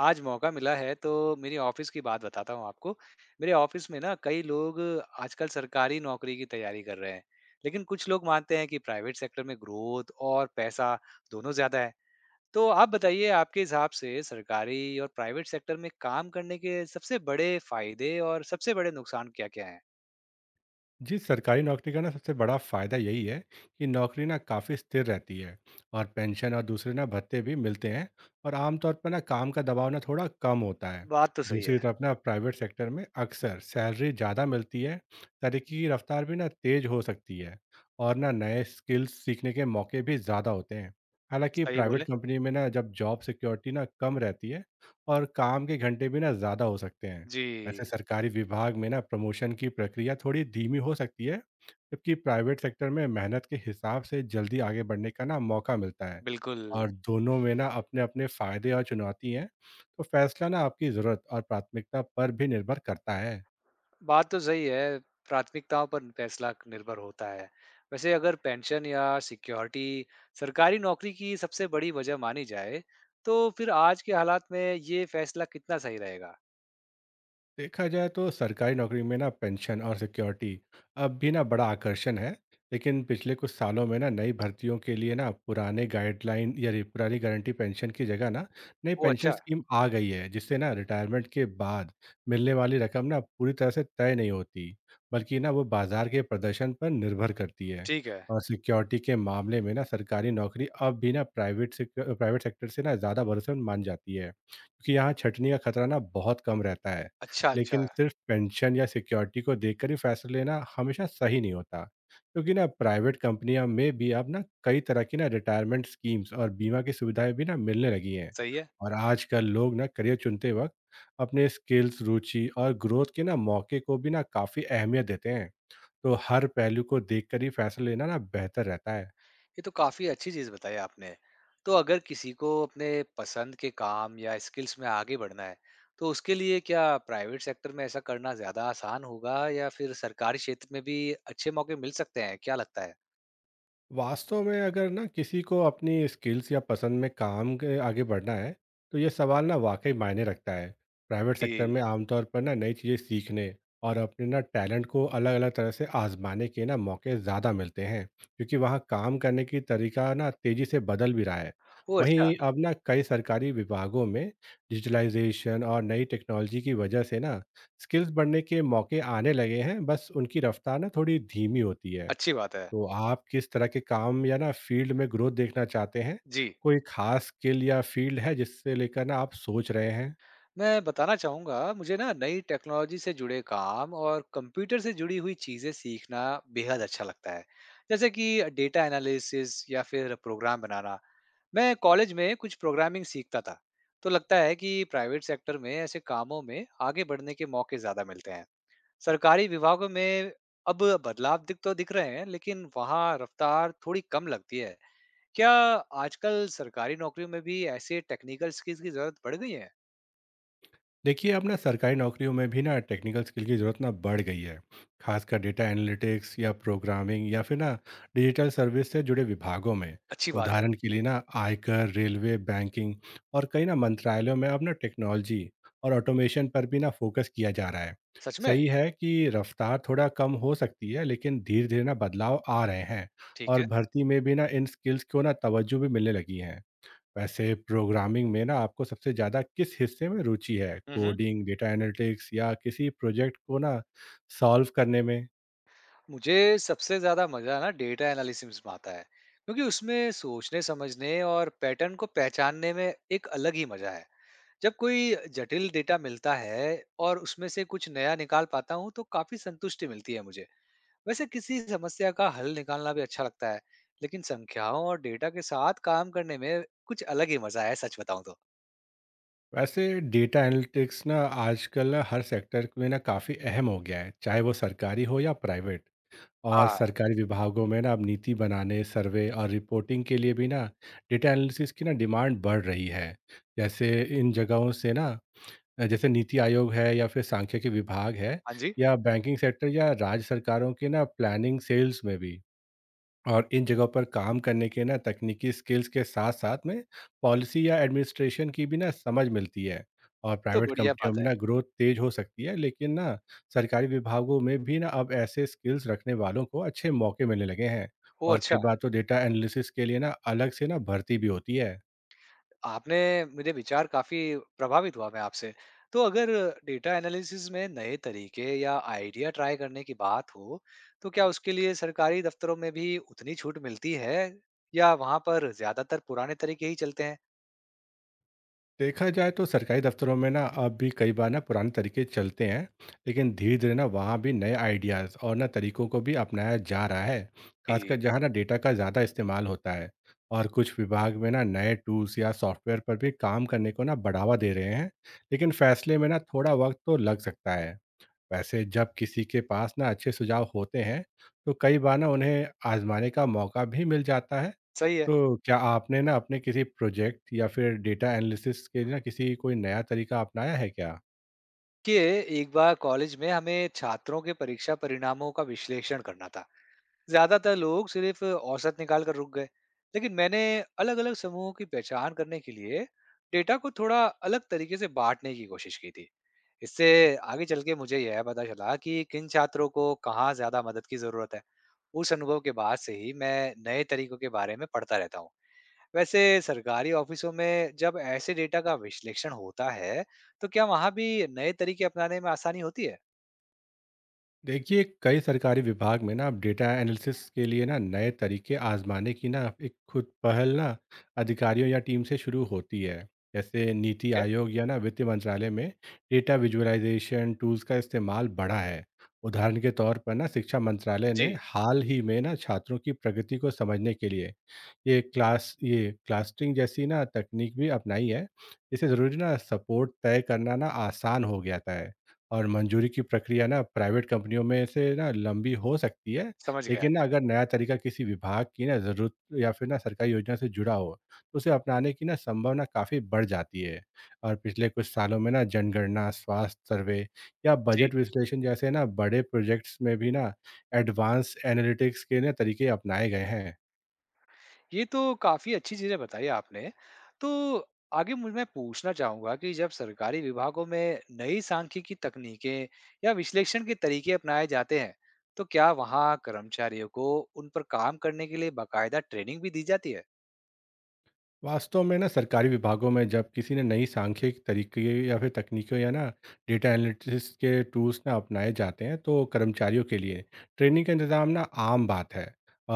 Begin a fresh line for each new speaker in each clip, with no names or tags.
आज मौका मिला है तो मेरी ऑफिस की बात बताता हूँ आपको। मेरे ऑफिस में ना कई लोग आजकल सरकारी नौकरी की तैयारी कर रहे हैं, लेकिन कुछ लोग मानते हैं कि प्राइवेट सेक्टर में ग्रोथ और पैसा दोनों ज़्यादा है। तो आप बताइए आपके हिसाब से सरकारी और प्राइवेट सेक्टर में काम करने के सबसे बड़े फ़ायदे और सबसे बड़े नुकसान क्या-क्या हैं?
जी सरकारी नौकरी का ना सबसे बड़ा फ़ायदा यही है कि नौकरी ना काफ़ी स्थिर रहती है और पेंशन और दूसरे ना भत्ते भी मिलते हैं और आमतौर पर ना काम का दबाव ना थोड़ा कम होता है।
बात तो सही है।
दूसरी तरफ ना प्राइवेट सेक्टर में अक्सर सैलरी ज़्यादा मिलती है, तरक्की की रफ्तार भी ना तेज़ हो सकती है और ना नए स्किल्स सीखने के मौके भी ज़्यादा होते हैं। हालांकि
सही
प्राइवेट
बोले।
कंपनी में ना जब जॉब सिक्योरिटी ना कम रहती है और काम के घंटे भी ना ज़्यादा हो सकते हैं।
जी,
वैसे सरकारी विभाग में ना प्रमोशन की प्रक्रिया थोड़ी धीमी हो सकती है, जबकि प्राइवेट सेक्टर में मेहनत के हिसाब से जल्दी आगे बढ़ने का ना मौका मिलता है।
बिल्कुल।
और दोनों में ना अपने अपने फायदे और चुनौती हैं, तो फैसला ना आपकी ज़रूरत और प्राथमिकता पर भी निर्भर करता है।
बात तो सही है, प्राथमिकताओं पर फैसला निर्भर होता है। वैसे अगर पेंशन या सिक्योरिटी सरकारी नौकरी की सबसे बड़ी वजह मानी जाए, तो फिर आज के हालात में ये फैसला कितना सही रहेगा?
देखा जाए तो सरकारी नौकरी में ना पेंशन और सिक्योरिटी अब भी ना बड़ा आकर्षण है, लेकिन पिछले कुछ सालों में ना नई भर्तियों के लिए ना पुराने गाइडलाइन या पुरानी गारंटी पेंशन की जगह ना नई
ओह
पेंशन
अच्छा,
स्कीम आ गई है, जिससे ना रिटायरमेंट के बाद मिलने वाली रकम ना पूरी तरह से तय नहीं होती, बल्कि ना वो बाजार के प्रदर्शन पर निर्भर करती है।
ठीक है।
और सिक्योरिटी के मामले में ना सरकारी नौकरी अब भी ना प्राइवेट सेक्टर से ना ज़्यादा भरोसेमंद मान जाती है, क्योंकि यहाँ छटनी का खतरा ना बहुत कम रहता है।
अच्छा, अच्छा,
लेकिन सिर्फ पेंशन या सिक्योरिटी को देखकर ही फैसला लेना हमेशा सही नहीं होता, क्योंकि ना प्राइवेट कंपनियां में भी अब ना कई तरह की ना रिटायरमेंट स्कीम्स और बीमा की सुविधाएं भी ना मिलने लगी हैं।
सही है।
और आजकल लोग ना करियर चुनते वक्त अपने स्किल्स, रुचि और ग्रोथ के ना मौके को भी ना काफ़ी अहमियत देते हैं, तो हर पहलू को देखकर ही फैसला लेना ना बेहतर रहता है।
ये तो काफ़ी अच्छी चीज़ बताई आपने। तो अगर किसी को अपने पसंद के काम या स्किल्स में आगे बढ़ना है, तो उसके लिए क्या प्राइवेट सेक्टर में ऐसा करना ज़्यादा आसान होगा या फिर सरकारी क्षेत्र में भी अच्छे मौके मिल सकते हैं? क्या लगता है?
वास्तव में अगर ना किसी को अपनी स्किल्स या पसंद में काम के आगे बढ़ना है, तो ये सवाल ना वाकई मायने रखता है। प्राइवेट सेक्टर
जी।
में आमतौर पर ना नई चीज़ें सीखने और अपने ना टैलेंट को अलग अलग तरह से आजमाने के ना मौके ज़्यादा मिलते हैं, क्योंकि वहाँ काम करने की तरीका ना तेज़ी से बदल भी रहा है।
ओह! अच्छा,
वहीं अब ना कई सरकारी विभागों में डिजिटलाइजेशन और नई टेक्नोलॉजी की वजह से ना स्किल्स बढ़ने के मौके आने लगे हैं, बस उनकी रफ्तार ना थोड़ी धीमी होती है।
अच्छी बात है।
तो आप किस तरह के काम या ना फ़ील्ड में ग्रोथ देखना चाहते हैं?
जी,
कोई ख़ास स्किल या फ़ील्ड है जिससे लेकर ना आप सोच रहे हैं?
मैं बताना चाहूँगा मुझे ना नई टेक्नोलॉजी से जुड़े काम और कंप्यूटर से जुड़ी हुई चीज़ें सीखना बेहद अच्छा लगता है। जैसे कि डेटा एनालिसिस या फिर प्रोग्राम बनाना। मैं कॉलेज में कुछ प्रोग्रामिंग सीखता था, तो लगता है कि प्राइवेट सेक्टर में ऐसे कामों में आगे बढ़ने के मौके ज़्यादा मिलते हैं। सरकारी विभागों में अब बदलाव दिख तो दिख रहे हैं, लेकिन वहाँ रफ्तार थोड़ी कम लगती है। क्या आजकल सरकारी नौकरियों में भी ऐसे टेक्निकल स्किल्स की जरूरत पड़ गई है?
देखिए, अब ना सरकारी नौकरियों में भी ना टेक्निकल स्किल की ज़रूरत ना बढ़ गई है, खासकर डेटा एनालिटिक्स या प्रोग्रामिंग या फिर ना डिजिटल सर्विस से जुड़े विभागों में।
अच्छी बात है।
उदाहरण के लिए ना आयकर, रेलवे, बैंकिंग और कई ना मंत्रालयों में अब ना टेक्नोलॉजी और ऑटोमेशन पर भी ना फोकस किया जा रहा है।
सच में?
सही है कि रफ्तार थोड़ा कम हो सकती है, लेकिन धीरे धीरे ना बदलाव आ रहे हैं।
ठीक
और
है।
भर्ती में भी ना इन स्किल्स को ना तवज्जो भी मिलने लगी है। वैसे प्रोग्रामिंग में ना आपको सबसे ज़्यादा किस हिस्से में रुचि है?
हुँ, हुँ।
कोडिंग, डेटा एनालिटिक्स या किसी प्रोजेक्ट को ना सॉल्व करने में?
मुझे सबसे ज़्यादा मज़ा ना डेटा एनालिसिस में आता है, क्योंकि उसमें सोचने, समझने और पैटर्न को पहचानने में एक अलग ही मज़ा है। जब कोई जटिल डेटा मिलता है और उसमें से कुछ नया निकाल पाता हूँ, तो काफ़ी संतुष्टि मिलती है मुझे। वैसे किसी समस्या का हल निकालना भी अच्छा लगता है, लेकिन संख्याओं और डेटा के साथ काम करने में कुछ अलग ही मज़ा है, सच बताऊँ तो।
वैसे डेटा एनालिटिक्स ना आजकल ना हर सेक्टर में ना काफ़ी अहम हो गया है, चाहे वो सरकारी हो या प्राइवेट। और
हाँ।
सरकारी विभागों में ना अब नीति बनाने, सर्वे और रिपोर्टिंग के लिए भी ना डेटा एनालिसिस की ना डिमांड बढ़ रही है। जैसे इन जगहों से ना, जैसे नीति आयोग है या फिर सांख्यिकी विभाग है
हाँ जी, ये
या बैंकिंग सेक्टर या राज्य सरकारों के ना प्लानिंग सेल्स में भी। और इन जगहों पर काम करने के ना तकनीकी स्किल्स के साथ साथ में पॉलिसी या एडमिनिस्ट्रेशन की भी ना समझ मिलती है। और
तो
प्राइवेट
बढ़िया
कंपनियों
बात
में
है।
ना ग्रोथ तेज हो सकती है, लेकिन ना सरकारी विभागों में भी ना अब ऐसे स्किल्स रखने वालों को अच्छे मौके मिलने लगे हैं।
ओह!
और कई
अच्छा,
बार तो डेटा एनालिसिस के लिए ना अलग से ना भर्ती भी होती है।
आपने मुझे विचार काफ़ी प्रभावित हुआ मैं आपसे। तो अगर डेटा एनालिसिस में नए तरीके या आइडिया ट्राई करने की बात हो, तो क्या उसके लिए सरकारी दफ्तरों में भी उतनी छूट मिलती है या वहाँ पर ज़्यादातर पुराने तरीके ही चलते हैं?
देखा जाए तो सरकारी दफ्तरों में ना अब भी कई बार ना पुराने तरीके चलते हैं, लेकिन धीरे धीरे ना वहाँ भी नए आइडियाज़ और ना तरीकों को भी अपनाया जा रहा है, खासकर
जी,
जहाँ ना डेटा का ज़्यादा इस्तेमाल होता है। और कुछ विभाग में ना नए टूल्स या सॉफ्टवेयर पर भी काम करने को ना बढ़ावा दे रहे हैं, लेकिन फैसले में ना थोड़ा वक्त तो लग सकता है। वैसे जब किसी के पास ना अच्छे सुझाव होते हैं, तो कई बार ना उन्हें आजमाने का मौका भी मिल जाता है।
सही है।
तो क्या आपने ना अपने किसी प्रोजेक्ट या फिर डेटा एनालिसिस के लिए ना किसी कोई नया तरीका अपनाया है क्या?
कि एक बार कॉलेज में हमें छात्रों के परीक्षा परिणामों का विश्लेषण करना था। ज्यादातर लोग सिर्फ औसत निकाल कर रुक गए लेकिन मैंने अलग अलग समूहों की पहचान करने के लिए डेटा को थोड़ा अलग तरीके से बांटने की कोशिश की थी। इससे आगे चल के मुझे यह पता चला कि किन छात्रों को कहाँ ज्यादा मदद की जरूरत है। उस अनुभव के बाद से ही मैं नए तरीकों के बारे में पढ़ता रहता हूँ। वैसे सरकारी ऑफिसों में जब ऐसे डेटा का विश्लेषण होता है, तो क्या वहाँ भी नए तरीके अपनाने में आसानी होती है?
देखिए, कई सरकारी विभाग में ना अब डेटा एनालिसिस के लिए ना नए तरीके आजमाने की ना एक खुद पहल ना अधिकारियों या टीम से शुरू होती है। जैसे नीति
है?
आयोग या ना वित्त मंत्रालय में डेटा विजुअलाइजेशन टूल्स का इस्तेमाल बढ़ा है। उदाहरण के तौर पर ना शिक्षा मंत्रालय ने
जी,
हाल ही में ना छात्रों की प्रगति को समझने के लिए ये क्लस्टरिंग जैसी ना तकनीक भी अपनाई है। इससे ज़रूरी ना सपोर्ट तय करना ना आसान हो गया था। और मंजूरी की प्रक्रिया ना प्राइवेट कंपनियों में से ना लंबी हो सकती है,
समझ गया।
लेकिन ना अगर नया तरीका किसी विभाग की ना ज़रूरत या फिर ना सरकारी योजना से जुड़ा हो, तो उसे अपनाने की ना संभावना काफ़ी बढ़ जाती है। और पिछले कुछ सालों में ना जनगणना, स्वास्थ्य सर्वे या
जी,
बजट विश्लेषण जैसे ना बड़े प्रोजेक्ट्स में भी ना एडवांस एनालिटिक्स के ना तरीके अपनाए गए हैं।
ये तो काफी अच्छी चीजें बताई आपने। तो आगे मुझ मैं पूछना चाहूँगा कि जब सरकारी विभागों में नई सांख्यिकी तकनीकें या विश्लेषण के तरीके अपनाए जाते हैं, तो क्या वहाँ कर्मचारियों को उन पर काम करने के लिए बाकायदा ट्रेनिंग भी दी जाती है?
वास्तव में ना सरकारी विभागों में जब किसी ने नई सांख्यिक तरीके या फिर तकनीकों या ना डेटा एनालिटिक्स के टूल्स ना अपनाए जाते हैं, तो कर्मचारियों के लिए ट्रेनिंग का इंतजाम ना आम बात है।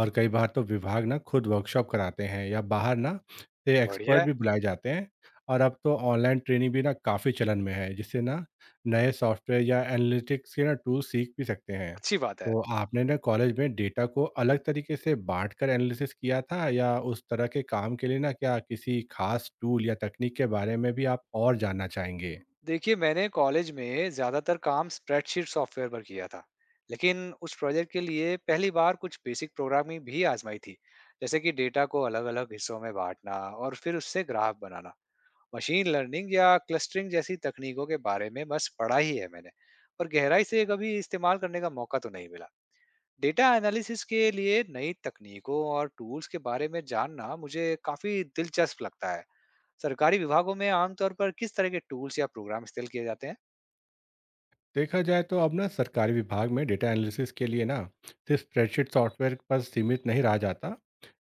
और कई बार तो विभाग ना खुद वर्कशॉप कराते हैं या बाहर ना से
बढ़िया
एक्सपर्ट
है।
भी बुलाए जाते हैं। और अब तो ऑनलाइन ट्रेनिंग भी ना काफ़ी चलन में है, जिससे ना नए सॉफ्टवेयर या एनालिटिक्स के ना टूल सीख भी सकते हैं।
अच्छी बात है।
तो आपने ना कॉलेज में डेटा को अलग तरीके से बांटकर एनालिसिस किया था, या उस तरह के काम के लिए ना क्या किसी खास टूल या तकनीक के बारे में भी आप और जानना चाहेंगे?
देखिए, मैंने कॉलेज में ज्यादातर काम स्प्रेडशीट सॉफ्टवेयर पर किया था, लेकिन उस प्रोजेक्ट के लिए पहली बार कुछ बेसिक प्रोग्रामिंग भी आजमाई थी, जैसे कि डेटा को अलग-अलग हिस्सों में बांटना और फिर उससे ग्राफ बनाना। मशीन लर्निंग या क्लस्टरिंग जैसी तकनीकों के बारे में बस पढ़ा ही है मैंने, और गहराई से कभी इस्तेमाल करने का मौका तो नहीं मिला। डेटा एनालिसिस के लिए नई तकनीकों और टूल्स के बारे में जानना मुझे काफी दिलचस्प लगता है। सरकारी विभागों में आमतौर पर किस तरह के टूल्स या प्रोग्राम इस्तेमाल किए जाते हैं?
देखा जाए तो अब ना सरकारी विभाग में डेटा एनालिसिस के लिए ना सिर्फ स्प्रेडशीट सॉफ्टवेयर पर सीमित नहीं रहा जाता,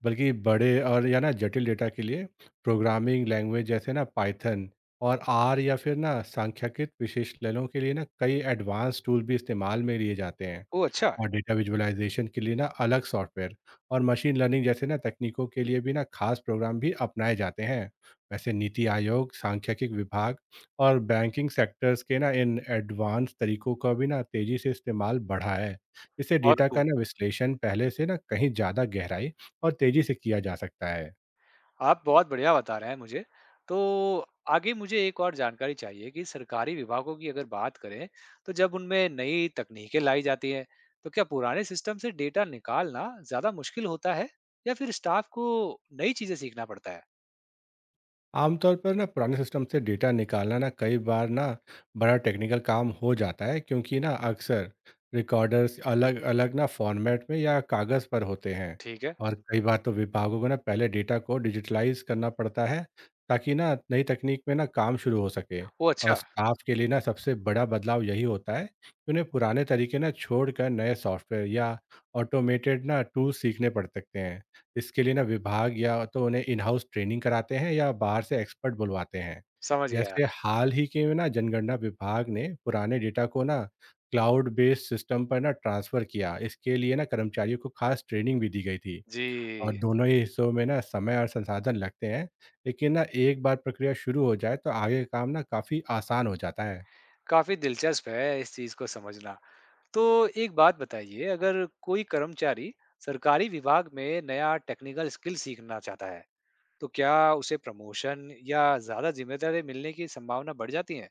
बल्कि बड़े और या ना जटिल डेटा के लिए प्रोग्रामिंग लैंग्वेज जैसे ना पाइथन और आर या फिर ना सांख्यिकीय विश्लेषणों के लिए ना कई एडवांस टूल भी इस्तेमाल में लिए जाते हैं।
ओह अच्छा।
और डेटा विजुअलाइज़ेशन के लिए ना अलग सॉफ्टवेयर और मशीन लर्निंग जैसे ना तकनीकों के लिए भी ना खास प्रोग्राम भी अपनाए जाते हैं। वैसे नीति आयोग, सांख्यिकी विभाग और बैंकिंग सेक्टर्स के ना इन एडवांस तरीकों का भी ना तेजी से इस्तेमाल बढ़ा है। इससे
बहुत
डेटा का
खूब।
ना विश्लेषण पहले से ना कहीं ज़्यादा गहराई और तेजी से किया जा सकता है।
आप बहुत बढ़िया बता रहे हैं मुझे। तो आगे मुझे एक और जानकारी चाहिए कि सरकारी विभागों की अगर बात करें, तो जब उनमें नई तकनीकें लाई जाती हैं, तो क्या पुराने सिस्टम से डेटा निकालना ज़्यादा मुश्किल होता है या फिर स्टाफ को नई चीज़ें सीखना पड़ता है?
आमतौर पर ना पुराने सिस्टम से डेटा निकालना ना कई बार ना बड़ा टेक्निकल काम हो जाता है, क्योंकि ना अक्सर रिकॉर्डर्स अलग अलग ना फॉर्मेट में या कागज़ पर होते हैं।
ठीक है।
और कई बार तो विभागों को ना पहले डेटा को डिजिटलाइज करना पड़ता है, ताकि ना नई तकनीक में ना काम शुरू हो सके।
ओह!
और
अच्छा,
स्टाफ के लिए ना सबसे बड़ा बदलाव यही होता है कि उन्हें पुराने तरीके ना छोड़कर नए सॉफ्टवेयर या ऑटोमेटेड ना टूल सीखने पड़ सकते हैं। इसके लिए ना विभाग या तो उन्हें इन हाउस ट्रेनिंग कराते हैं या बाहर से एक्सपर्ट बुलवाते हैं।
समझ गया।
जैसे हाल ही के में ना जनगणना विभाग ने पुराने डेटा को ना क्लाउड बेस्ड सिस्टम पर ना ट्रांसफ़र किया। इसके लिए ना कर्मचारियों को खास ट्रेनिंग भी दी गई थी। और
जी,
दोनों ही हिस्सों में ना समय और संसाधन लगते हैं। लेकिन ना एक बार प्रक्रिया शुरू हो जाए तो आगे का काम ना काफ़ी आसान हो जाता है।
काफ़ी दिलचस्प है इस चीज़ को समझना। तो एक बात बताइए, अगर कोई कर्मचारी सरकारी विभाग में नया टेक्निकल स्किल सीखना चाहता है, तो क्या उसे प्रमोशन या ज्यादा जिम्मेदारी मिलने की संभावना बढ़ जाती है?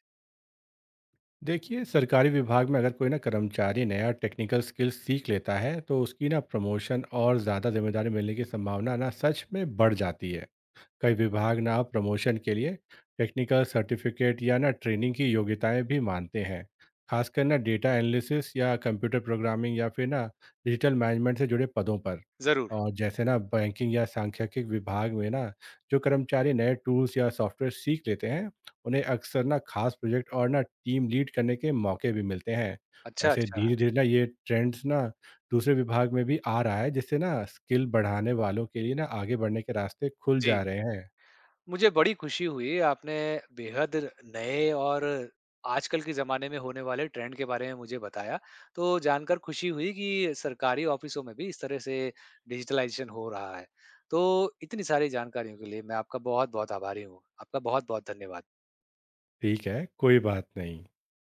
देखिए, सरकारी विभाग में अगर कोई ना कर्मचारी नया टेक्निकल स्किल सीख लेता है, तो उसकी ना प्रमोशन और ज़्यादा जिम्मेदारी मिलने की संभावना ना सच में बढ़ जाती है। कई विभाग ना प्रमोशन के लिए टेक्निकल सर्टिफिकेट या ना ट्रेनिंग की योग्यताएं भी मानते हैं, खासकर ना डेटा एनालिसिस या कंप्यूटर प्रोग्रामिंग या फिर ना डिजिटल मैनेजमेंट से जुड़े पदों पर।
जरूर।
और जैसे ना बैंकिंग या सांख्यिकी विभाग में ना जो कर्मचारी नए टूल्स या सॉफ्टवेयर सीख लेते हैं, उन्हें अक्सर ना खास प्रोजेक्ट और ना टीम लीड करने के मौके भी मिलते हैं।
अच्छा,
ऐसे
अच्छा।
धीरे धीरे ना ये ट्रेंड्स ना दूसरे विभाग में भी आ रहा है, जिससे ना स्किल बढ़ाने वालों के लिए ना आगे बढ़ने के रास्ते खुल जा
जी,
रहे हैं।
मुझे बड़ी खुशी हुई आपने बेहद नए और आजकल के ज़माने में होने वाले ट्रेंड के बारे में मुझे बताया। तो जानकर खुशी हुई कि सरकारी ऑफिसों में भी इस तरह से डिजिटलाइज़ेशन हो रहा है। तो इतनी सारी जानकारियों के लिए मैं आपका बहुत-बहुत आभारी हूँ। आपका बहुत-बहुत धन्यवाद।
ठीक है, कोई बात नहीं।